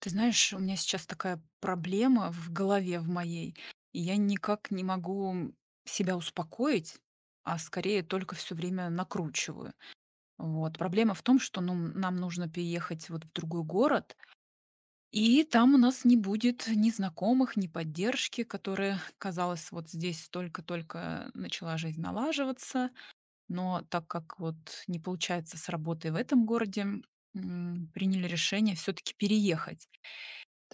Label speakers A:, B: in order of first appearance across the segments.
A: Ты знаешь, у меня сейчас такая проблема в голове в моей, и я никак не могу себя успокоить, а скорее только все время накручиваю. Вот. Проблема в том, что ну, нам нужно переехать вот в другой город, и там у нас не будет ни знакомых, ни поддержки, которая, казалось, вот здесь только-только начала жизнь налаживаться, но так как вот не получается с работой в этом городе, приняли решение все-таки переехать.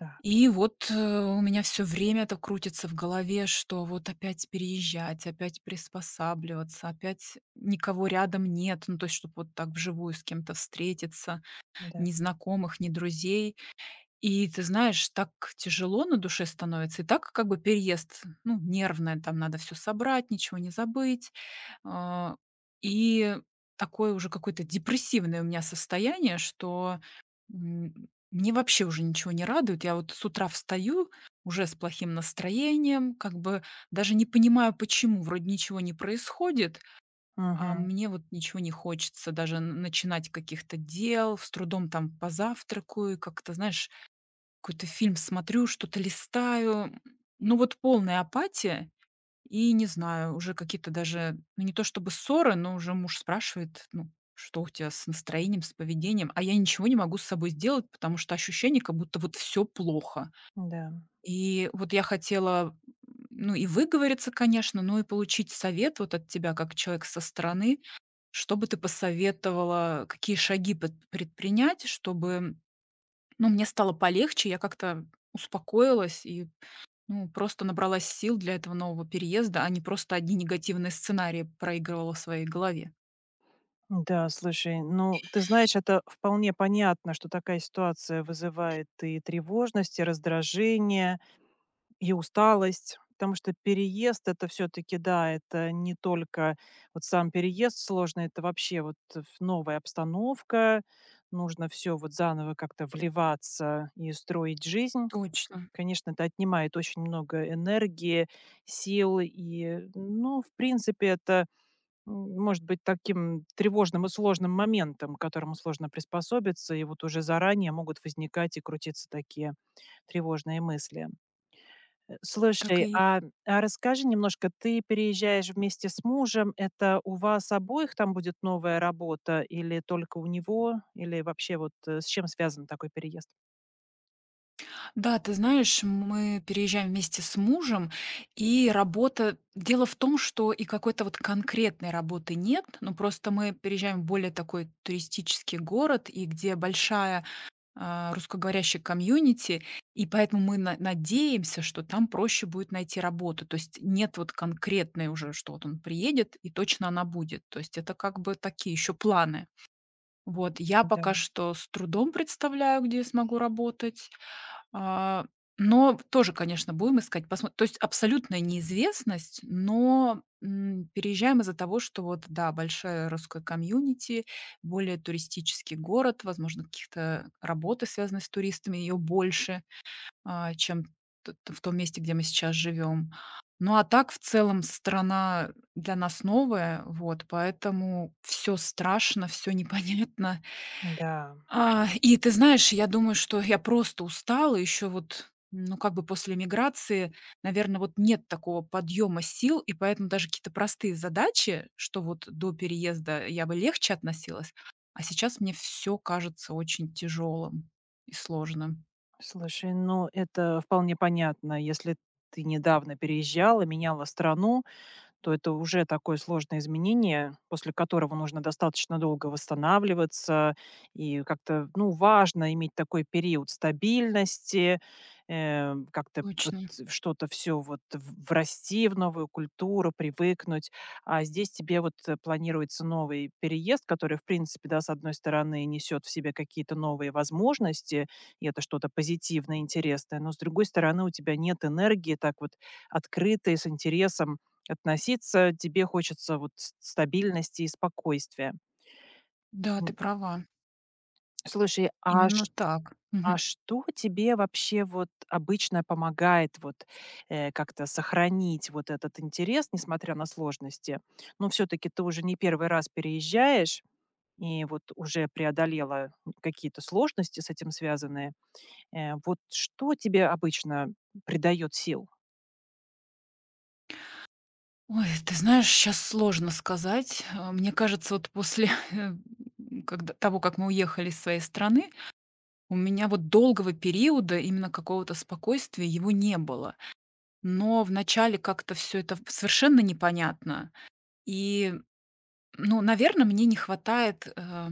B: Так,
A: И вот, у меня все время это крутится в голове, что вот опять переезжать, опять приспосабливаться, опять никого рядом нет. Ну, то есть, чтобы вот так вживую с кем-то встретиться,
B: да.
A: ни знакомых, ни друзей. И ты знаешь, так тяжело на душе становится. И так как бы переезд, ну, нервное, там надо все собрать, ничего не забыть. А, и такое уже какое-то депрессивное у меня состояние, что мне вообще уже ничего не радует. Я вот с утра встаю уже с плохим настроением, как бы даже не понимаю, почему. Вроде ничего не происходит, а
B: Мгм.
A: мне вот ничего не хочется даже начинать каких-то дел, с трудом там позавтракаю, как-то, знаешь, какой-то фильм смотрю, что-то листаю. Ну вот полная апатия. И не знаю, уже какие-то даже, ну, не то чтобы ссоры, но уже муж спрашивает, ну, что у тебя с настроением, с поведением, а я ничего не могу с собой сделать, потому что ощущение, как будто вот все плохо.
B: Да.
A: И вот я хотела, ну, и выговориться, конечно, но и получить совет вот от тебя как человека со стороны. Чтобы ты посоветовала, какие шаги пот предпринять, чтобы, ну, мне стало полегче, я как-то успокоилась и ну, просто набралась сил для этого нового переезда, а не просто одни негативные сценарии проигрывала в своей голове.
B: Да, слушай, ну, ты знаешь, это вполне понятно, что такая ситуация вызывает и тревожность, и раздражение, и усталость. Потому что переезд- это все таки да, это не только вот сам переезд сложно, это вообще вот ф новая обстановка, нужно все вот заново как-то вливаться и строить жизнь.
A: Точно.
B: Конечно, это отнимает очень много энергии, сил и, ну, в принципе, это может быть, таким тревожным и сложным моментом, к которому сложно приспособиться, и вот уже заранее могут возникать и крутиться такие тревожные мысли.
A: Так
B: Слушай,
A: и
B: а расскажи немножко, ты переезжаешь вместе с мужем, это у вас обоих там будет новая работа или только у него, или вообще вот с чем связан такой переезд?
A: Да, ты знаешь, мы переезжаем вместе с мужем, и работа, дело в том, что и какой-то вот конкретной работы нет, но просто мы переезжаем в более такой туристический город, и где большая русскоговорящей комьюнити, и поэтому мы на надеемся, что там проще будет найти работу. То есть нет вот конкретной уже, что вот он приедет и точно она будет. То есть это как бы такие еще планы. Вот, я
B: Да,
A: пока что с трудом представляю, где я смогу работать. А, но тоже, конечно, будем искать. Посмо То есть абсолютная неизвестность, но, переезжаем из-за того, что вот, да, большая русская комьюнити, более туристический город, возможно, каких-то работы, связанных с туристами, ее больше, чем в том месте, где мы сейчас живем. Ну, а так, в целом, страна для нас новая, вот, поэтому все страшно, все непонятно.
B: да.
A: И ты знаешь, я думаю, что я просто устала. Еще вот, ну, как бы после миграции, наверное, вот нет такого подъема сил, и поэтому даже какие-то простые задачи, что вот до переезда я бы легче относилась, а сейчас мне все кажется очень тяжелым и сложным.
B: Слушай, ну это вполне понятно, если ты недавно переезжала, меняла страну, то это уже такое сложное изменение, после которого нужно достаточно долго восстанавливаться. И как-то, ну, важно иметь такой период стабильности, как-то вот
A: Точно.
B: что-то все врасти в новую культуру, привыкнуть. А здесь тебе вот планируется новый переезд, который, в принципе, да, с одной стороны, несет в себе какие-то новые возможности, и это что-то позитивное, интересное, но с другой стороны, у тебя нет энергии так вот открытой, с интересом относиться, тебе хочется вот с стабильности и спокойствия.
A: Да, ты
B: М,
A: права.
B: слушай, а
A: Именно
B: ш
A: так.
B: а
A: Мгм.
B: что тебе вообще вот обычно помогает вот, как-то сохранить вот этот интерес, несмотря на сложности? Ну, все таки ты уже не первый раз переезжаешь и вот уже преодолела какие-то сложности с этим связанные. Вот что тебе обычно придает сил?
A: Ой, ты знаешь, сейчас сложно сказать. Мне кажется, вот после когда, того, как мы уехали из своей страны, у меня вот долгого периода именно какого-то спокойствия его не было. Но вначале как-то все это совершенно непонятно. И, ну, наверное, мне не хватает,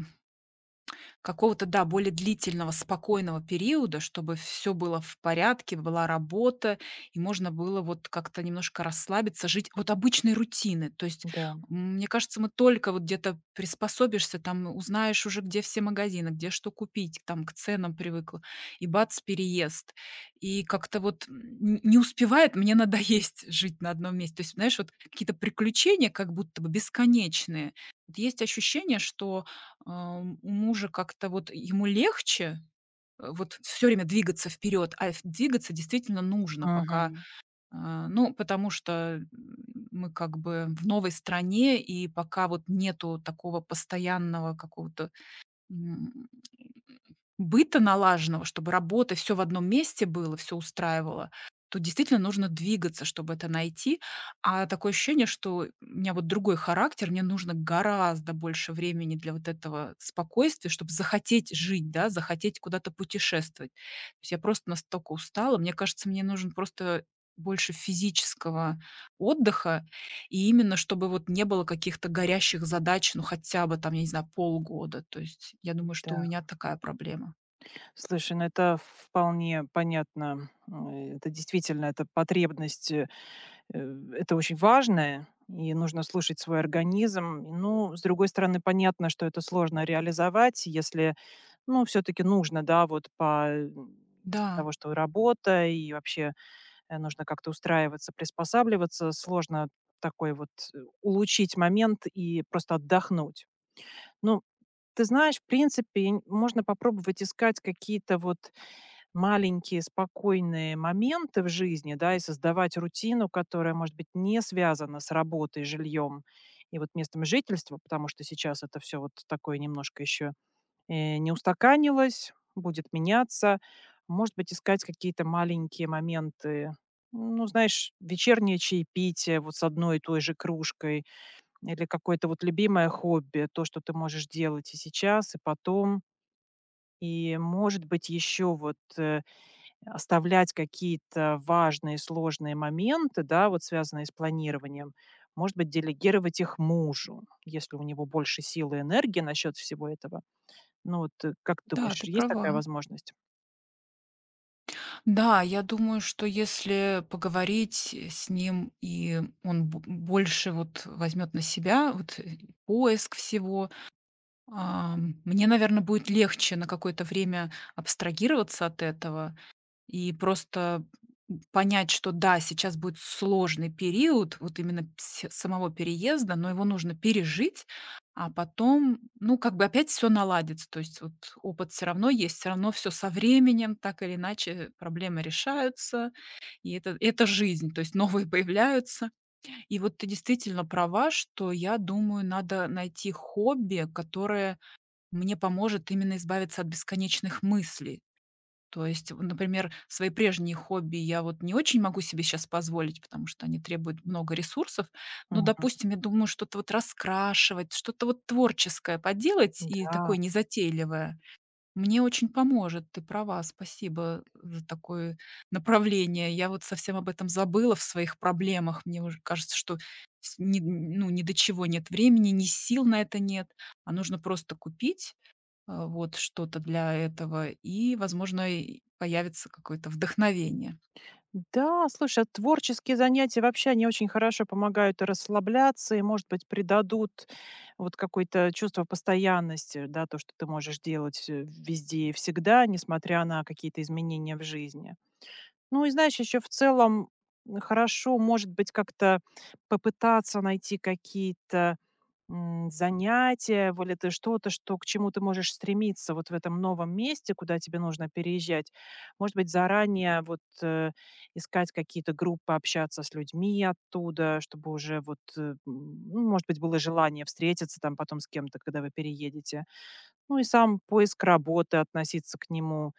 A: какого-то, да, более длительного, спокойного периода, чтобы все было в порядке, была работа, и можно было вот как-то немножко расслабиться, жить вот обычной рутины. То есть,
B: Да.
A: мне кажется, мы только вот где-то приспособишься, там узнаешь уже, где все магазины, где что купить, там к ценам привыкла, и бац, переезд. И как-то вот, м, н не успевает мне надоесть жить на одном месте. То есть, знаешь, вот какие-то приключения как будто бы бесконечные. Вот есть ощущение, что у мужа как-то вот ему легче, вот все время двигаться вперед, а ф двигаться действительно нужно пока,
B: Мгм.
A: ну, потому что, мы как бы в новой стране, и пока вот нету такого постоянного какого-то М, быта налаженного, чтобы работа, все в одном месте было, все устраивало, то действительно нужно двигаться, чтобы это найти. А такое ощущение, что у меня вот другой характер, мне нужно гораздо больше времени для вот этого спокойствия, чтобы захотеть жить, да, захотеть куда-то путешествовать. То есть я просто настолько устала, мне кажется, мне нужен просто больше физического отдыха, и именно чтобы вот не было каких-то горящих задач, ну, хотя бы там, я не знаю, полгода. То есть я думаю, что у
B: Да.
A: меня такая проблема.
B: Слушай, ну это вполне понятно. Это действительно, это потребность, это очень важное, и нужно слушать свой организм. Ну, с другой стороны, понятно, что это сложно реализовать, если, ну, все-таки нужно, да, из-за
A: Да,
B: того, что и работа, и вообще нужно как-то устраиваться, приспосабливаться, сложно такой вот улучшить момент и просто отдохнуть. Ну, ты знаешь, в принципе, можно попробовать искать какие-то вот маленькие спокойные моменты в жизни, да, и создавать рутину, которая, может быть, не связана с работой, жильем и вот местом жительства, потому что сейчас это все вот такое немножко еще, не устаканилось, будет меняться. Может быть, искать какие-то маленькие моменты, ну, знаешь, вечернее чаепитие вот с одной и той же кружкой или какое-то вот любимое хобби, то, что ты можешь делать и сейчас, и потом. И, может быть, еще оставлять какие-то важные, сложные моменты, да, вот связанные с планированием, может быть, делегировать их мужу, если у него больше силы и энергии насчет всего этого. Ну вот, как ты
A: да,
B: думаешь,
A: ты
B: есть
A: права.
B: такая возможность?
A: Да, я думаю, что если поговорить с ним, и он бо больше вот возьмет на себя вот, поиск всего, мне, наверное, будет легче на какое-то время абстрагироваться от этого. И просто, понять, что да, сейчас будет сложный период вот именно пс самого переезда, но его нужно пережить, а потом, ну, как бы опять все наладится. То есть вот опыт все равно есть, все равно все со временем так или иначе проблемы решаются, и это жизнь, то есть новые появляются. И вот ты действительно права, что, я думаю, надо найти хобби, которое мне поможет именно избавиться от бесконечных мыслей. То есть, в например, свои прежние хобби я вот не очень могу себе сейчас позволить, потому что они требуют много ресурсов. Но,
B: Мгм.
A: допустим, я думаю, что-то вот раскрашивать, что-то вот творческое поделать и
B: Да.
A: такое незатейливое мне очень поможет. Ты права, спасибо за такое направление. Я вот совсем об этом забыла в своих проблемах. Мне уже кажется, что с ни ну, ни до чего нет времени, ни сил на это нет, а нужно просто купить вот что-то для этого, и, возможно, и появится какое-то вдохновение.
B: Да, слушай, а творческие занятия вообще, они очень хорошо помогают и расслабляться, и, может быть, придадут вот какое-то чувство постоянности, да, то, что ты можешь делать везде и всегда, несмотря на какие-то изменения в жизни. Ну и знаешь, еще в целом хорошо, может быть, как-то попытаться найти какие-то, занятия, вот, или ты что-то, что к чему ты можешь стремиться вот в этом новом месте, куда тебе нужно переезжать. Может быть, заранее искать какие-то группы, общаться с людьми оттуда, чтобы уже вот, ну, может быть, было желание встретиться там потом с кем-то, когда вы переедете. Ну и сам поиск работы, относиться к нему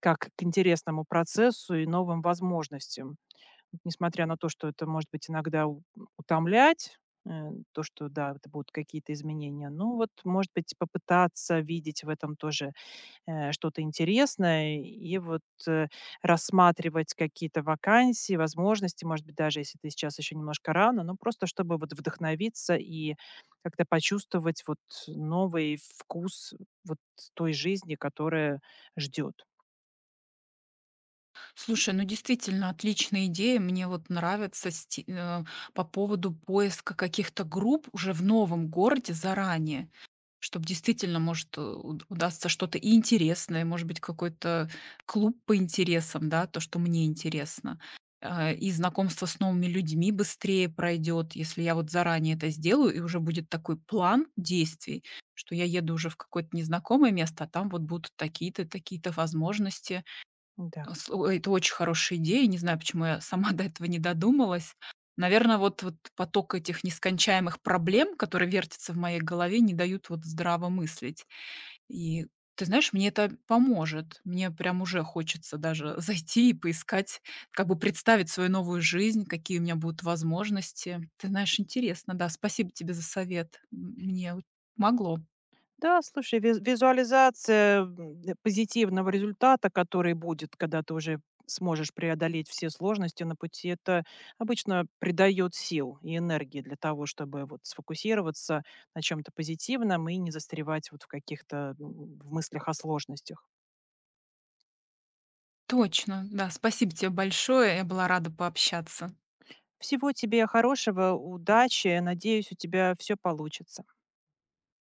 B: как к интересному процессу и новым возможностям. Вот несмотря на то, что это может быть иногда утомлять, э, то, что, да, это будут какие-то изменения, ну вот, может быть, попытаться видеть в этом тоже что-то интересное и э, рассматривать какие-то вакансии, возможности, может быть, даже если ты сейчас еще немножко рано, но просто чтобы вот вдохновиться и как-то почувствовать вот новый вкус вот той жизни, которая ждет.
A: Слушай, ну действительно отличная идея, мне вот нравится по поводу поиска каких-то групп уже в новом городе заранее. Чтобы действительно, может, э, уд удастся что-то и интересное, может быть, какой-то клуб по интересам, да, то, что мне интересно. И знакомство с новыми людьми быстрее пройдет, если я вот заранее это сделаю, и уже будет такой план действий, что я еду уже в какое-то незнакомое место, а там вот будут такие-то, такие-то возможности.
B: Да.
A: А, с ой, это очень хорошая идея. Не знаю, почему я сама до этого не додумалась. Наверное, вот поток этих нескончаемых проблем, которые вертятся в моей голове, не дают вот здраво мыслить. И ты знаешь, мне это поможет. Мне прям уже хочется даже зайти и поискать, как бы представить свою новую жизнь, какие у меня будут возможности. Ты знаешь, интересно, да. Спасибо тебе за совет. Мне могло.
B: Да, слушай, визуализация, позитивного результата, который будет, когда ты уже сможешь преодолеть все сложности на пути, это обычно придает сил и энергии для того, чтобы вот сфокусироваться на чем то позитивном и не застревать вот в каких-то, в мыслях о сложностях.
A: Точно, да. Спасибо тебе большое. Я была рада пообщаться.
B: Всего тебе хорошего, удачи. Надеюсь, у тебя все получится.